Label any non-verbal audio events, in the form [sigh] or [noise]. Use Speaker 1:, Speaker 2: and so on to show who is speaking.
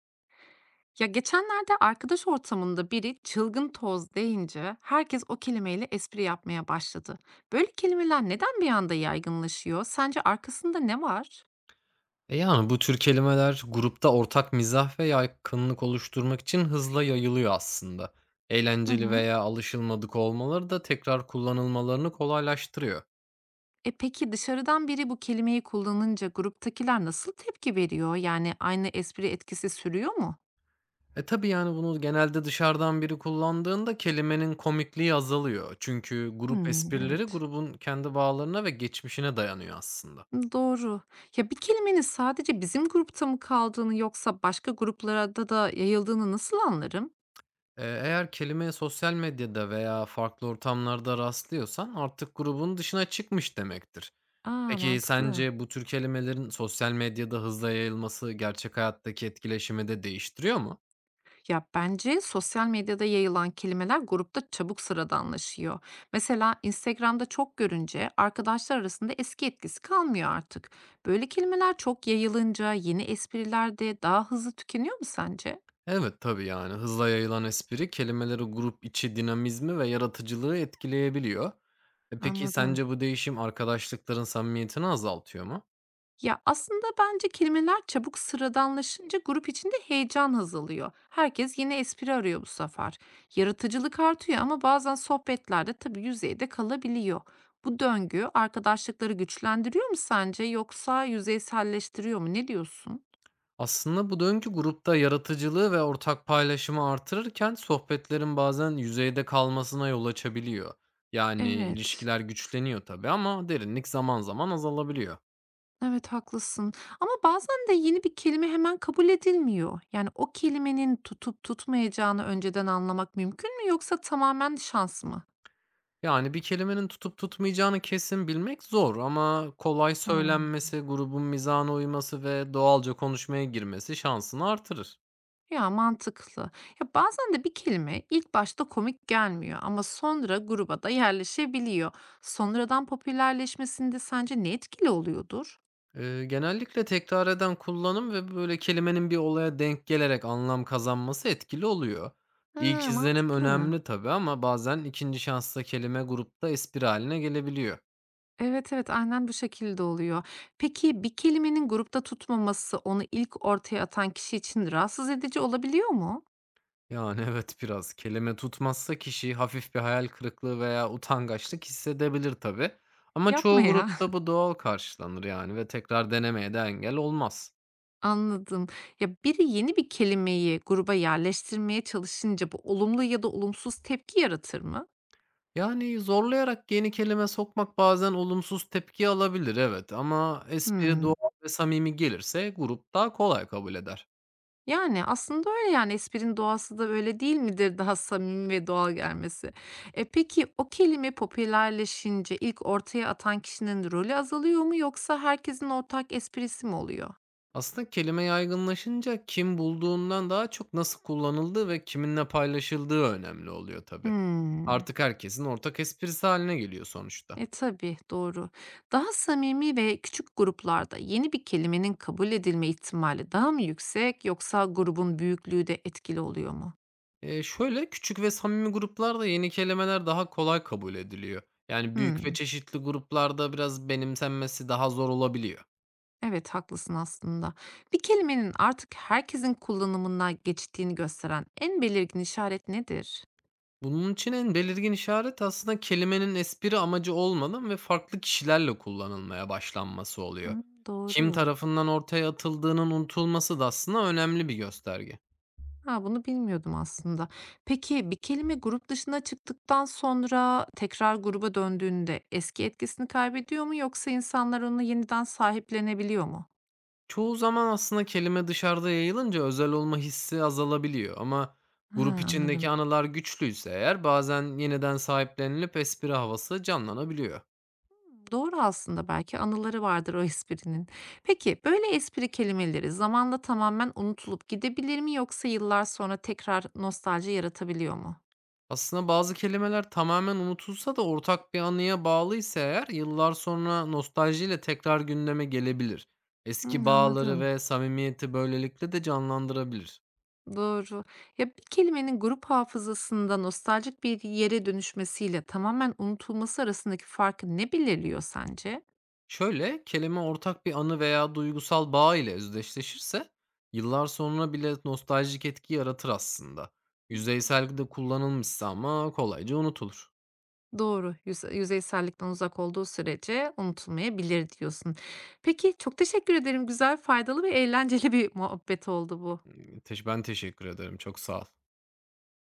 Speaker 1: Ya geçenlerde arkadaş ortamında biri çılgın toz deyince herkes o kelimeyle espri yapmaya başladı. Böyle kelimeler neden bir anda yaygınlaşıyor? Sence arkasında ne var?
Speaker 2: Bu tür kelimeler grupta ortak mizah ve yakınlık oluşturmak için hızla yayılıyor aslında.
Speaker 1: Hı
Speaker 2: Eğlenceli
Speaker 1: hı.
Speaker 2: veya alışılmadık olmaları da tekrar kullanılmalarını kolaylaştırıyor.
Speaker 1: E peki dışarıdan biri bu kelimeyi kullanınca gruptakiler nasıl tepki veriyor? Yani aynı espri etkisi sürüyor mu?
Speaker 2: Tabi yani bunu genelde dışarıdan biri kullandığında kelimenin komikliği azalıyor. Çünkü grup
Speaker 1: Hmm,
Speaker 2: esprileri
Speaker 1: evet.
Speaker 2: grubun kendi bağlarına ve geçmişine dayanıyor aslında.
Speaker 1: Doğru. Ya bir kelimenin sadece bizim grupta mı kaldığını yoksa başka gruplara da yayıldığını nasıl anlarım?
Speaker 2: Eğer kelimeye sosyal medyada veya farklı ortamlarda rastlıyorsan artık grubun dışına çıkmış demektir.
Speaker 1: Aa,
Speaker 2: Peki
Speaker 1: mantıklı.
Speaker 2: sence bu tür kelimelerin sosyal medyada hızla yayılması gerçek hayattaki etkileşimi de değiştiriyor mu?
Speaker 1: Ya bence sosyal medyada yayılan kelimeler grupta çabuk sıradanlaşıyor. Mesela Instagram'da çok görünce arkadaşlar arasında eski etkisi kalmıyor artık. Böyle kelimeler çok yayılınca yeni espriler de daha hızlı tükeniyor mu sence?
Speaker 2: Evet, tabii, yani, hızla yayılan espri kelimeleri grup içi dinamizmi ve yaratıcılığı etkileyebiliyor. Peki
Speaker 1: Anladım.
Speaker 2: sence bu değişim arkadaşlıkların samimiyetini azaltıyor mu?
Speaker 1: Ya, aslında bence kelimeler çabuk sıradanlaşınca grup içinde heyecan azalıyor. Herkes yeni espri arıyor bu sefer. Yaratıcılık artıyor ama bazen sohbetlerde tabii yüzeyde kalabiliyor. Bu döngü arkadaşlıkları güçlendiriyor mu sence yoksa yüzeyselleştiriyor mu? Ne diyorsun?
Speaker 2: Aslında bu döngü grupta yaratıcılığı ve ortak paylaşımı artırırken sohbetlerin bazen yüzeyde kalmasına yol açabiliyor. Yani
Speaker 1: Evet.
Speaker 2: ilişkiler güçleniyor tabii ama derinlik zaman zaman azalabiliyor.
Speaker 1: Evet, haklısın. Ama bazen de yeni bir kelime hemen kabul edilmiyor. Yani o kelimenin tutup tutmayacağını önceden anlamak mümkün mü yoksa tamamen şans mı?
Speaker 2: Yani, bir kelimenin tutup tutmayacağını kesin bilmek zor ama kolay
Speaker 1: Hıı.
Speaker 2: söylenmesi, grubun mizahına uyması ve doğalca konuşmaya girmesi şansını artırır.
Speaker 1: Ya, mantıklı. Ya, bazen de bir kelime ilk başta komik gelmiyor ama sonra gruba da yerleşebiliyor. Sonradan popülerleşmesinde sence ne etkili oluyordur?
Speaker 2: Genellikle tekrar eden kullanım ve, böyle, kelimenin bir olaya denk gelerek anlam kazanması etkili oluyor. İlk
Speaker 1: Ha,
Speaker 2: izlenim
Speaker 1: mantıklı.
Speaker 2: önemli tabii ama bazen ikinci şansta kelime grupta espri hâline gelebiliyor.
Speaker 1: Evet, evet, aynen bu şekilde oluyor. Peki bir kelimenin grupta tutmaması onu ilk ortaya atan kişi için rahatsız edici olabiliyor mu?
Speaker 2: Yani, evet, biraz. Kelime tutmazsa kişi hafif bir hayal kırıklığı veya utangaçlık hissedebilir tabii ama
Speaker 1: Yapma
Speaker 2: çoğu
Speaker 1: ya.
Speaker 2: grupta bu doğal karşılanır, yani, ve tekrar denemeye de engel olmaz.
Speaker 1: [laughs] Anladım. Ya, biri yeni bir kelimeyi gruba yerleştirmeye çalışınca bu olumlu ya da olumsuz tepki yaratır mı?
Speaker 2: Yani, zorlayarak yeni kelime sokmak bazen olumsuz tepki alabilir, evet, ama espri
Speaker 1: Hımm.
Speaker 2: doğal ve samimi gelirse grup daha kolay kabul eder.
Speaker 1: Yani, aslında öyle, yani, esprinin doğası da öyle değil midir, daha samimi ve doğal gelmesi? E, peki o kelime popülerleşince ilk ortaya atan kişinin rolü azalıyor mu yoksa herkesin ortak esprisi mi oluyor?
Speaker 2: Aslında kelime yaygınlaşınca kim bulduğundan daha çok nasıl kullanıldığı ve kiminle paylaşıldığı önemli oluyor tabii.
Speaker 1: Hımm.
Speaker 2: Artık herkesin ortak esprisi haline geliyor sonuçta.
Speaker 1: E, tabii, doğru. Daha samimi ve küçük gruplarda yeni bir kelimenin kabul edilme ihtimali daha mı yüksek yoksa grubun büyüklüğü de etkili oluyor mu?
Speaker 2: Küçük ve samimi gruplarda yeni kelimeler daha kolay kabul ediliyor. Yani büyük ve
Speaker 1: Hımm.
Speaker 2: çeşitli gruplarda biraz benimsenmesi daha zor olabiliyor.
Speaker 1: Evet, haklısın aslında. Bir kelimenin artık herkesin kullanımına geçtiğini gösteren en belirgin işaret nedir?
Speaker 2: Bunun için en belirgin işaret aslında kelimenin espri amacı olmadan ve farklı kişilerle kullanılmaya başlanması oluyor.
Speaker 1: Hımm,
Speaker 2: Kim
Speaker 1: doğru.
Speaker 2: tarafından ortaya atıldığının unutulması da aslında önemli bir gösterge.
Speaker 1: Ha, bunu bilmiyordum aslında. Peki bir kelime grup dışına çıktıktan sonra tekrar gruba döndüğünde eski etkisini kaybediyor mu yoksa insanlar onu yeniden sahiplenebiliyor mu?
Speaker 2: Çoğu zaman aslında kelime dışarıda yayılınca özel olma hissi azalabiliyor ama grup
Speaker 1: Ha,
Speaker 2: içindeki
Speaker 1: anladım.
Speaker 2: anılar güçlüyse eğer bazen yeniden sahiplenilip espri havası canlanabiliyor.
Speaker 1: Doğru, aslında belki anıları vardır o esprinin. Peki böyle espri kelimeleri zamanla tamamen unutulup gidebilir mi yoksa yıllar sonra tekrar nostalji yaratabiliyor mu?
Speaker 2: Aslında bazı kelimeler tamamen unutulsa da ortak bir anıya bağlıysa eğer yıllar sonra nostaljiyle tekrar gündeme gelebilir. Eski
Speaker 1: Hımm,
Speaker 2: bağları
Speaker 1: anladım.
Speaker 2: ve samimiyeti böylelikle de canlandırabilir.
Speaker 1: Doğru. Ya, bir kelimenin grup hafızasında nostaljik bir yere dönüşmesiyle tamamen unutulması arasındaki farkı ne belirliyor sence?
Speaker 2: Şöyle, kelime ortak bir anı veya duygusal bağ ile özdeşleşirse yıllar sonra bile nostaljik etki yaratır aslında. Yüzeysel de
Speaker 1: Hımm.
Speaker 2: kullanılmışsa ama kolayca unutulur.
Speaker 1: Doğru, yüzeysellikten uzak olduğu sürece unutulmayabilir diyorsun. Peki, çok teşekkür ederim. Güzel, faydalı ve eğlenceli bir [laughs] muhabbet oldu bu.
Speaker 2: Hmm, ben teşekkür ederim. Çok sağ ol.